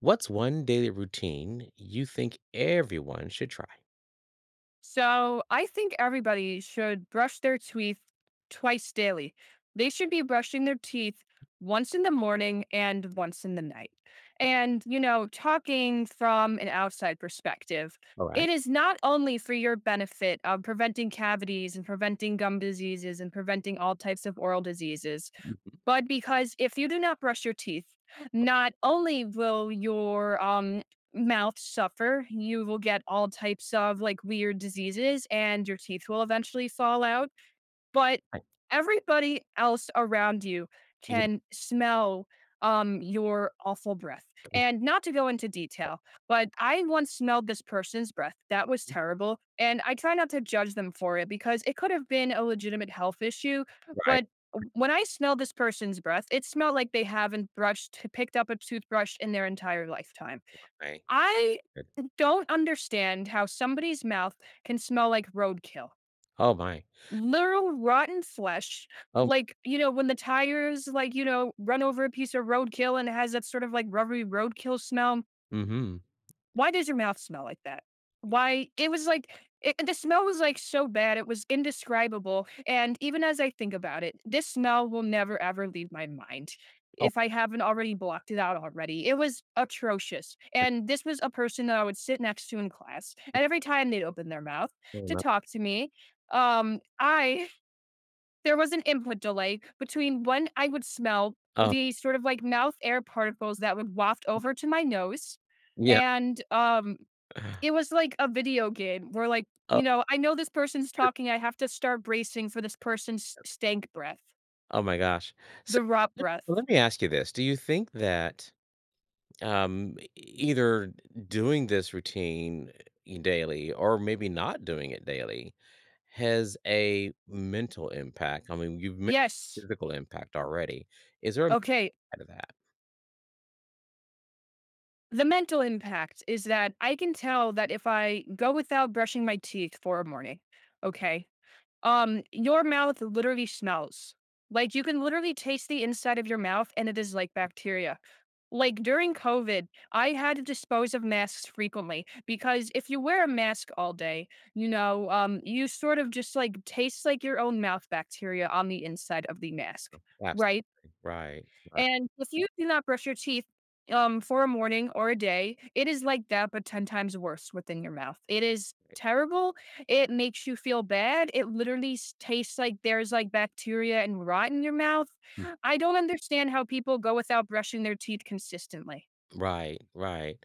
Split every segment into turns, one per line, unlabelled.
What's one daily routine you think everyone should try?
So I think everybody should brush their teeth twice daily. They should be brushing their teeth once in the morning and once in the night. And, you know, talking from an outside perspective,
All right.
it is not only for your benefit of preventing cavities and preventing gum diseases and preventing all types of oral diseases,
Mhm.
but because if you do not brush your teeth, not only will your mouth suffer, you will get all types of like weird diseases and your teeth will eventually fall out. But
Right.
everybody else around you
Yeah.
can smell, your awful breath. And not to go into detail, but I once smelled this person's breath. That was terrible, and I try not to judge them for it because it could have been a legitimate health issue,
Right.
but w when I smelled this person's breath, it smelled like they haven't brushed picked up a toothbrush in their entire lifetime.
Right.
I
Good.
don't understand how somebody's mouth can smell like roadkill.
Oh my.
Literal rotten flesh.
Oh.
Like, you know, when the tires, like, you know, run over a piece of roadkill and it has that sort of like rubbery roadkill smell.
Mm-hmm.
Why does your mouth smell like that? Why? It was like, it, the smell was like so bad. It was indescribable. And even as I think about it, this smell will never ever leave my mind
Oh.
if I haven't already blocked it out already. It was atrocious. And this was a person that I would sit next to in class. And every time they'd open their mouth
Oh,
to
no.
talk to me, I there was an input delay between when I would smell
Oh,
the sort of like mouth air particles that would waft over to my nose.
yeah.
And it was like a video game where like,
Oh,
you know, I know this person's
good.
talking, I have to start bracing for this person's stank breath,
Oh my gosh. So
the rot
let well,
breath.
let me ask you this. Do you think that either doing this routine daily or maybe not doing it daily has a mental impact? I mean, you've mentioned
Yes.
physical impact already. Is there a mental
Okay.
side of that?
The mental impact is that I can tell that if I go without brushing my teeth for a morning, okay, your mouth literally smells. Like you can literally taste the inside of your mouth and it is like bacteria. Like during COVID, I had to dispose of masks frequently because if you wear a mask all day, you know, you sort of just like taste like your own mouth bacteria on the inside of the mask, right?
Right, right,
And if you do not brush your teeth, for a morning or a day, it is like that, but 10 times worse within your mouth. It is terrible. It makes you feel bad. It literally tastes like there's like bacteria and rot in your mouth. I don't understand how people go without brushing their teeth consistently.
right, right.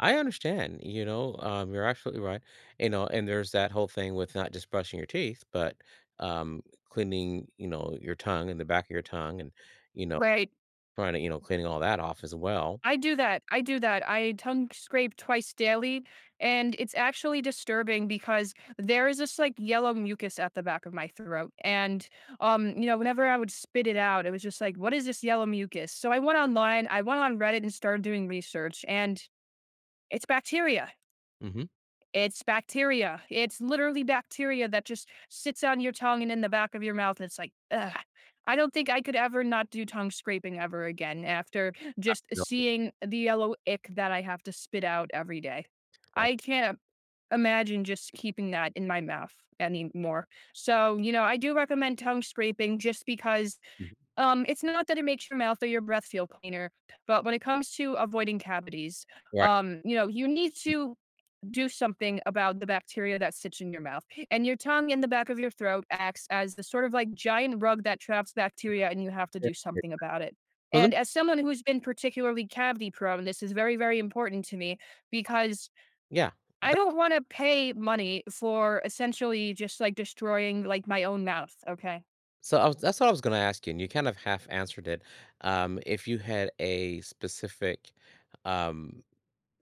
I understand, you know, you're absolutely right. You know, and there's that whole thing with not just brushing your teeth, but um cleaning, you know, your tongue and the back of your tongue and, you know,
Right.
trying to, you know, cleaning all that off as well.
I do that. I do that. I tongue scrape twice daily, and it's actually disturbing because there is this like yellow mucus at the back of my throat. And you know, whenever I would spit it out, it was just like, what is this yellow mucus? So I went online, I went on Reddit and started doing research, and it's bacteria.
Mm-hmm.
It's bacteria. It's literally bacteria that just sits on your tongue and in the back of your mouth, and it's like, ugh. I don't think I could ever not do tongue scraping ever again after just
Right,
seeing the yellow ick that I have to spit out every day. I
right.
can't imagine just keeping that in my mouth anymore. So, you know, I do recommend tongue scraping just because,
Mhm,
it's not that it makes your mouth or your breath feel cleaner, but when it comes to avoiding cavities,
right.
you know, you need to do something about the bacteria that sits in your mouth. And your tongue in the back of your throat acts as the sort of like giant rug that traps bacteria, and you have to
Yeah,
do
yeah.
something about it.
Well, let me-
And as someone who's been particularly cavity prone, this is very, very important to me because
yeah.
I don't want to pay money for essentially just like destroying like my own mouth. Okay.
So I was, that's what I was going to ask you, and you kind of half answered it. If you had a specific, um,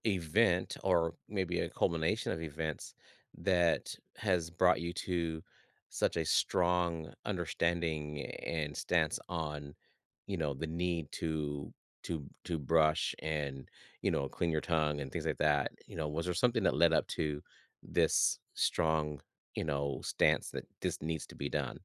event or maybe a culmination of events that has brought you to such a strong understanding and stance on, you know, the need to to brush and, you know, clean your tongue and things like that. You know, was there something that led up to this strong, you know, stance that this needs to be done?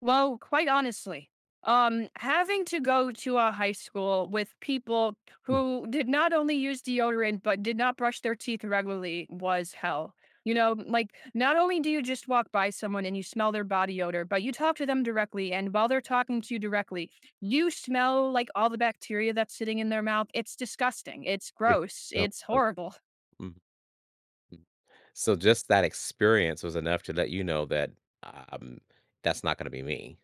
Well, quite honestly, having to go to a high school with people
Mm.
who did not only use deodorant but did not brush their teeth regularly was hell. You know, like not only do you just walk by someone and you smell their body odor, but you talk to them directly. And while they're talking to you directly, you smell like all the bacteria that's sitting in their mouth. It's disgusting. It's
Yeah.
gross.
No,
It's
uh,
horrible.
mm. So just that experience was enough to let you know that um that's not going to be me.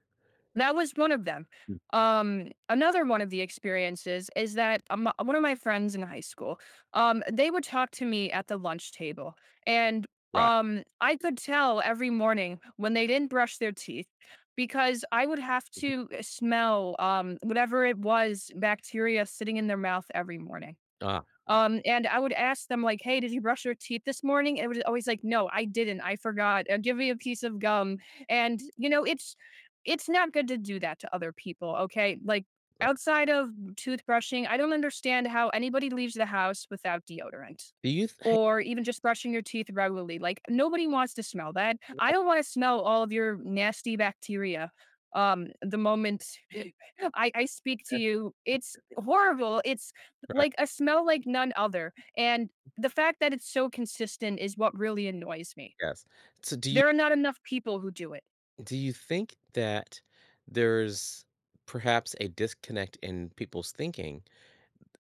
That was one of them.
Mm.
Another one of the experiences is that one of my friends in high school, they would talk to me at the lunch table, and
Right.
I could tell every morning when they didn't brush their teeth because I would have to smell whatever it was bacteria sitting in their mouth every morning.
Ah,
And I would ask them like, "Hey, did you brush your teeth this morning?" And it was always like, "No, I didn't. I forgot. Give me a piece of gum." And you know, it's not good to do that to other people, okay? Like
right.
outside of toothbrushing, I don't understand how anybody leaves the house without deodorant
Do you th hey
or even just brushing your teeth regularly. Like nobody wants to smell that. I don't want to smell all of your nasty bacteria. The moment I speak to you, it's horrible. It's
right,
like a smell like none other, and the fact that it's so consistent is what really annoys me.
yes. So do you
There are not enough people who do it.
do you think that there's perhaps a disconnect in people's thinking,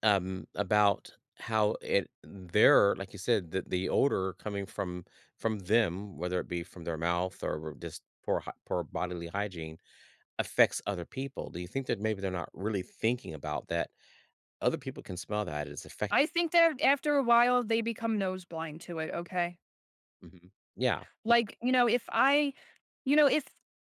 about how it their like you said, the odor coming from them, whether it be from their mouth or just poor bodily hygiene, affects other people? Do you think that maybe they're not really thinking about that other people can smell that, it's affecting.
I think that after a while, they become nose blind to it, okay?
Mhm. Yeah.
Like, you know, if I if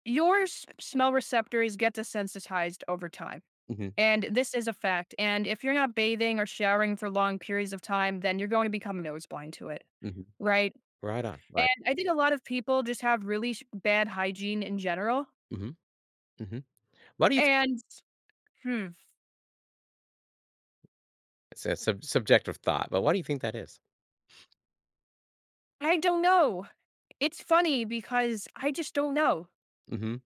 your s smell receptors get desensitized over time,
Mhm,
and this is a fact, and if you're not bathing or showering for long periods of time, then you're going to become nose blind to it,
mhm.
right?
Right on, right.
And I think a lot of people just have really sh bad hygiene in general,
Mhm, mhm. Why do you
and Hmm.
It's a subjective thought, but why do you think that is?
I don't know. It's funny because I just don't know.
Mhm.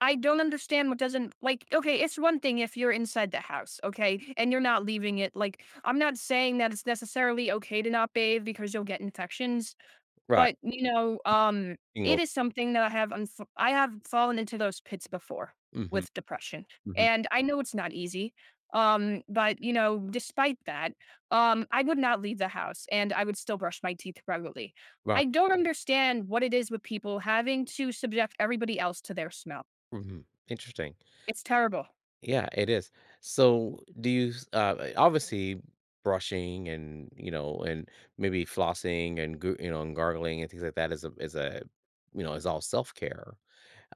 I don't understand what doesn't like okay, it's one thing if you're inside the house, okay, and you're not leaving it. Like, I'm not saying that it's necessarily okay to not bathe because you'll get infections,
Right.
but, you know, it
Single.
is something that I have unf I have fallen into those pits before
Mhm.
with depression,
Mhm.
and I know it's not easy, but, you know, despite that, I would not leave the house, and I would still brush my teeth regularly.
Right.
I don't understand what it is with people having to subject everybody else to their smell.
Mhm. Interesting.
It's terrible.
Yeah, it is. So, do you s obviously, brushing and, you know, and maybe flossing and goo you know, and gargling and things like that is a, you know, is all self-care.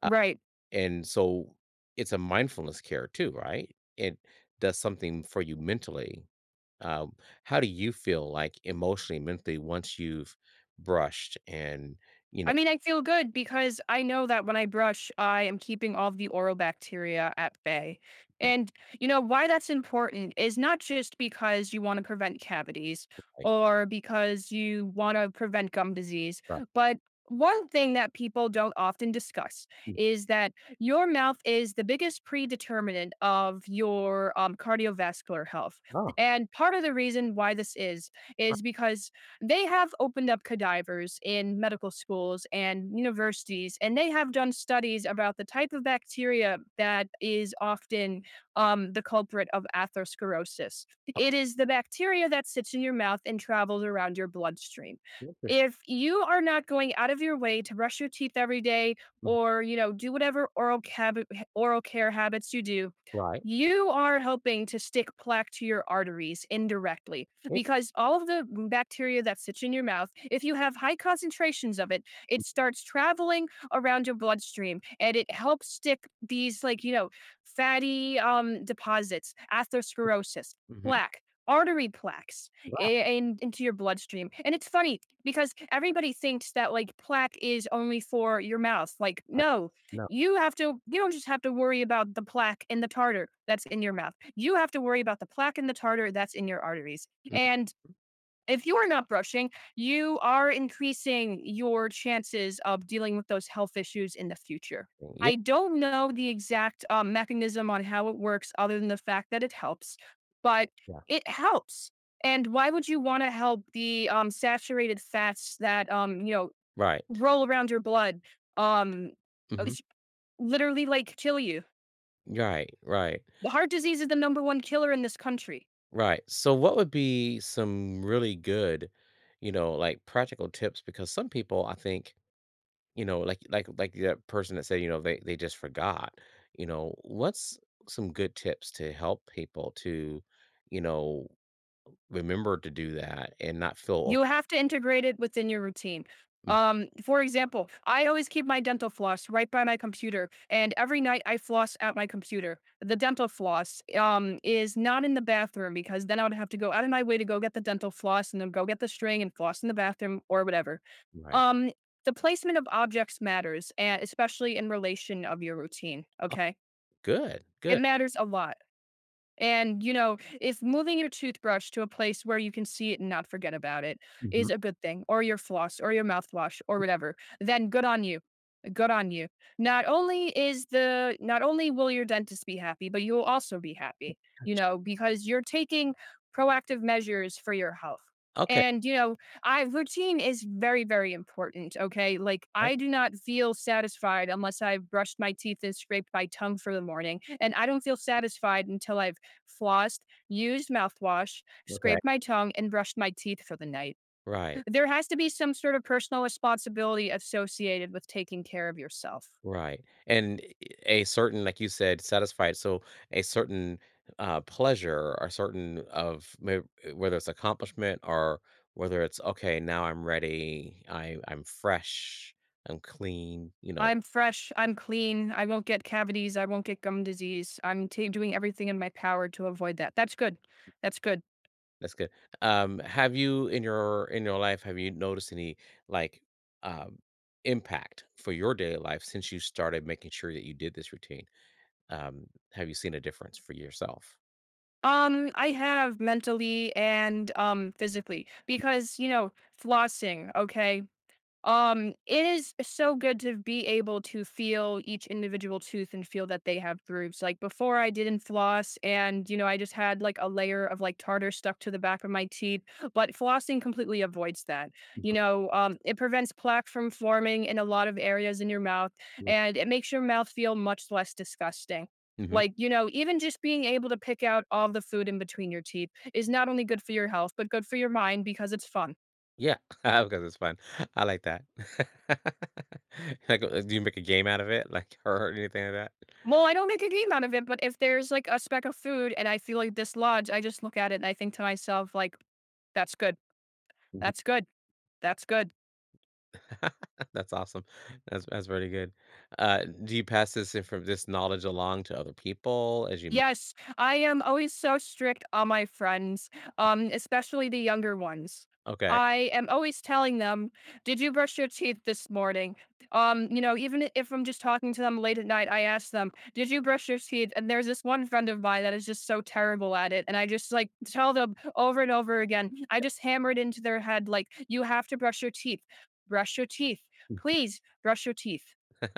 Uh,
Right.
and so, it's a mindfulness care too, right? It does something for you mentally. Um, how do you feel, like, emotionally, mentally once you've brushed and, you know,
I mean, I feel good because I know that when I brush, I am keeping all the oral bacteria at bay. And, you know, why that's important is not just because you want to prevent cavities
like,
or because you want to prevent gum disease,
right.
but one thing that people don't often discuss is that your mouth is the biggest predeterminant of your cardiovascular health.
Oh,
And part of the reason why this is because they have opened up cadavers in medical schools and universities, and they have done studies about the type of bacteria that is often the culprit of atherosclerosis. It is the bacteria that sits in your mouth and travels around your bloodstream.
interesting.
If you are not going out of your way to brush your teeth every day
Mhm.
or, you know, do whatever oral care habits you do,
Right.
you are helping to stick plaque to your arteries indirectly
Yeah.
because all of the bacteria that sits in your mouth, if you have high concentrations of it, it starts traveling around your bloodstream and it helps stick these like, you know, fatty deposits, atherosclerosis,
Mhm.
plaque, artery plaques
Right,
into your bloodstream. And it's funny because everybody thinks that like plaque is only for your mouth. Like,
right.
no,
No.
you don't just have to worry about the plaque and the tartar that's in your mouth. You have to worry about the plaque and the tartar that's in your arteries.
Nothing.
And if you are not brushing, you are increasing your chances of dealing with those health issues in the future.
Yeah.
I don't know the exact mechanism on how it works, other than the fact that it helps, but
Yeah.
it helps. And why would you want to help the saturated fats that you know
Right.
roll around your blood? Um,
Mhm.
it's literally like kill you.
Right, right,
The heart disease is the number one killer in this country.
right. So what would be some really good, you know, like, practical tips, because some people I think, you know, like like that person that said, you know, they just forgot. You know, what's some good tips to help people to, you know, remember to do that and not feel over.
You have to integrate it within your routine.
Mm,
For example, I always keep my dental floss right by my computer, and every night I floss at my computer. The dental floss is not in the bathroom because then I would have to go out of my way to go get the dental floss and then go get the string and floss in the bathroom or whatever.
right.
Um, the placement of objects matters, and especially in relation of your routine.
Oh,
Okay,
good. Good.
it matters a lot. And, you know, if moving your toothbrush to a place where you can see it and not forget about it
Mhm.
is a good thing, or your floss, or your mouthwash, or whatever, then good on you. Good on you. Not only will your dentist be happy, but you'll also be happy, you know, because you're taking proactive measures for your health.
Okay.
And you know, I routine is very, very important. Okay. Like
Right.
I do not feel satisfied unless I've brushed my teeth and scraped my tongue for the morning. And I don't feel satisfied until I've flossed, used mouthwash,
Okay.
scraped my tongue, and brushed my teeth for the night.
Right.
There has to be some sort of personal responsibility associated with taking care of yourself.
Right, and a certain, like you said, satisfied, so a certain, pleasure or certain of may, whether it's accomplishment or whether it's, "Okay, now I'm ready. I'm fresh. I'm clean," you know,
I'm fresh. I'm clean. I won't get cavities. I won't get gum disease. I'm ta doing everything in my power to avoid that. That's good. That's good.
that's good. Have you in your life, have you noticed any, like, um, impact for your daily life since you started making sure that you did this routine? Um, have you seen a difference for yourself?
I have mentally and physically because you know flossing. Okay, it is so good to be able to feel each individual tooth and feel that they have grooves. Like before I didn't floss and you know, I just had like a layer of like tartar stuck to the back of my teeth, but flossing completely avoids that. You
Mhm,
know, it prevents plaque from forming in a lot of areas in your mouth
yeah.
and it makes your mouth feel much less disgusting.
Mhm.
Like, you know, even just being able to pick out all the food in between your teeth is not only good for your health, but good for your mind because it's fun.
Yeah, because it's fun. I like that. Like, do you make a game out of it, like, or anything like that?
Well, I don't make a game out of it, but if there's like a speck of food and I feel like dislodged, I just look at it and I think to myself, like, that's good.
Mhm.
That's good. That's good.
That's awesome. That's really good. Do you pass this knowledge along to other people as you m.
Yes, I am always so strict on my friends, especially the younger ones.
Okay.
I am always telling them, "Did you brush your teeth this morning?" You know, even if I'm just talking to them late at night, I ask them, "Did you brush your teeth?" And there's this one friend of mine that is just so terrible at it, and I just like tell them over and over again. I just hammer it into their head like, "You have to brush your teeth. Brush your teeth. Please brush your teeth."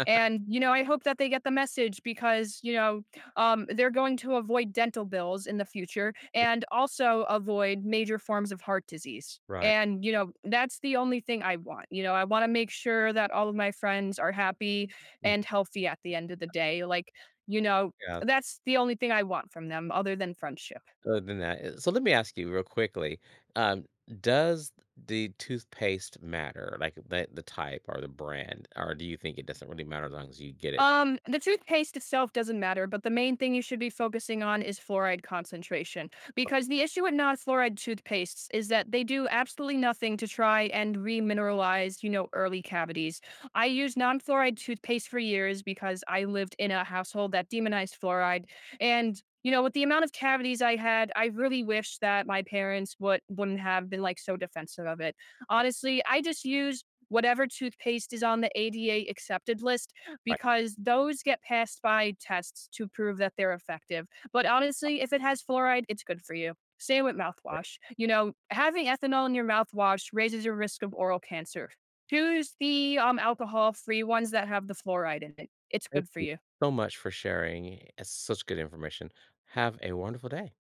And you know, I hope that they get the message because, you know, they're going to avoid dental bills in the future and also avoid major forms of heart disease.
Right.
And, you know, that's the only thing I want. You know, I want to make sure that all of my friends are happy and healthy at the end of the day. Like, you know,
Yeah,
that's the only thing I want from them other than friendship.
other than that, eh, so let me ask you real quickly, um, does the toothpaste matter, like, the type or the brand, or do you think it doesn't really matter as long as you get it?
The toothpaste itself doesn't matter, but the main thing you should be focusing on is fluoride concentration. Because the issue with non-fluoride toothpastes is that they do absolutely nothing to try and remineralize, you know, early cavities. I used non-fluoride toothpaste for years because I lived in a household that demonized fluoride. And, you know, with the amount of cavities I had, I really wish that my parents wouldn't have been like so defensive of it. Honestly, I just use whatever toothpaste is on the ADA accepted list because those get passed by tests to prove that they're effective. But honestly, if it has fluoride, it's good for you. Same with mouthwash. You know, having ethanol in your mouthwash raises your risk of oral cancer. Choose the alcohol free ones that have the fluoride in it. It's
Thank
good for
you
you.
so much for sharing. It's such good information. Have a wonderful day.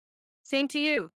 Same to you.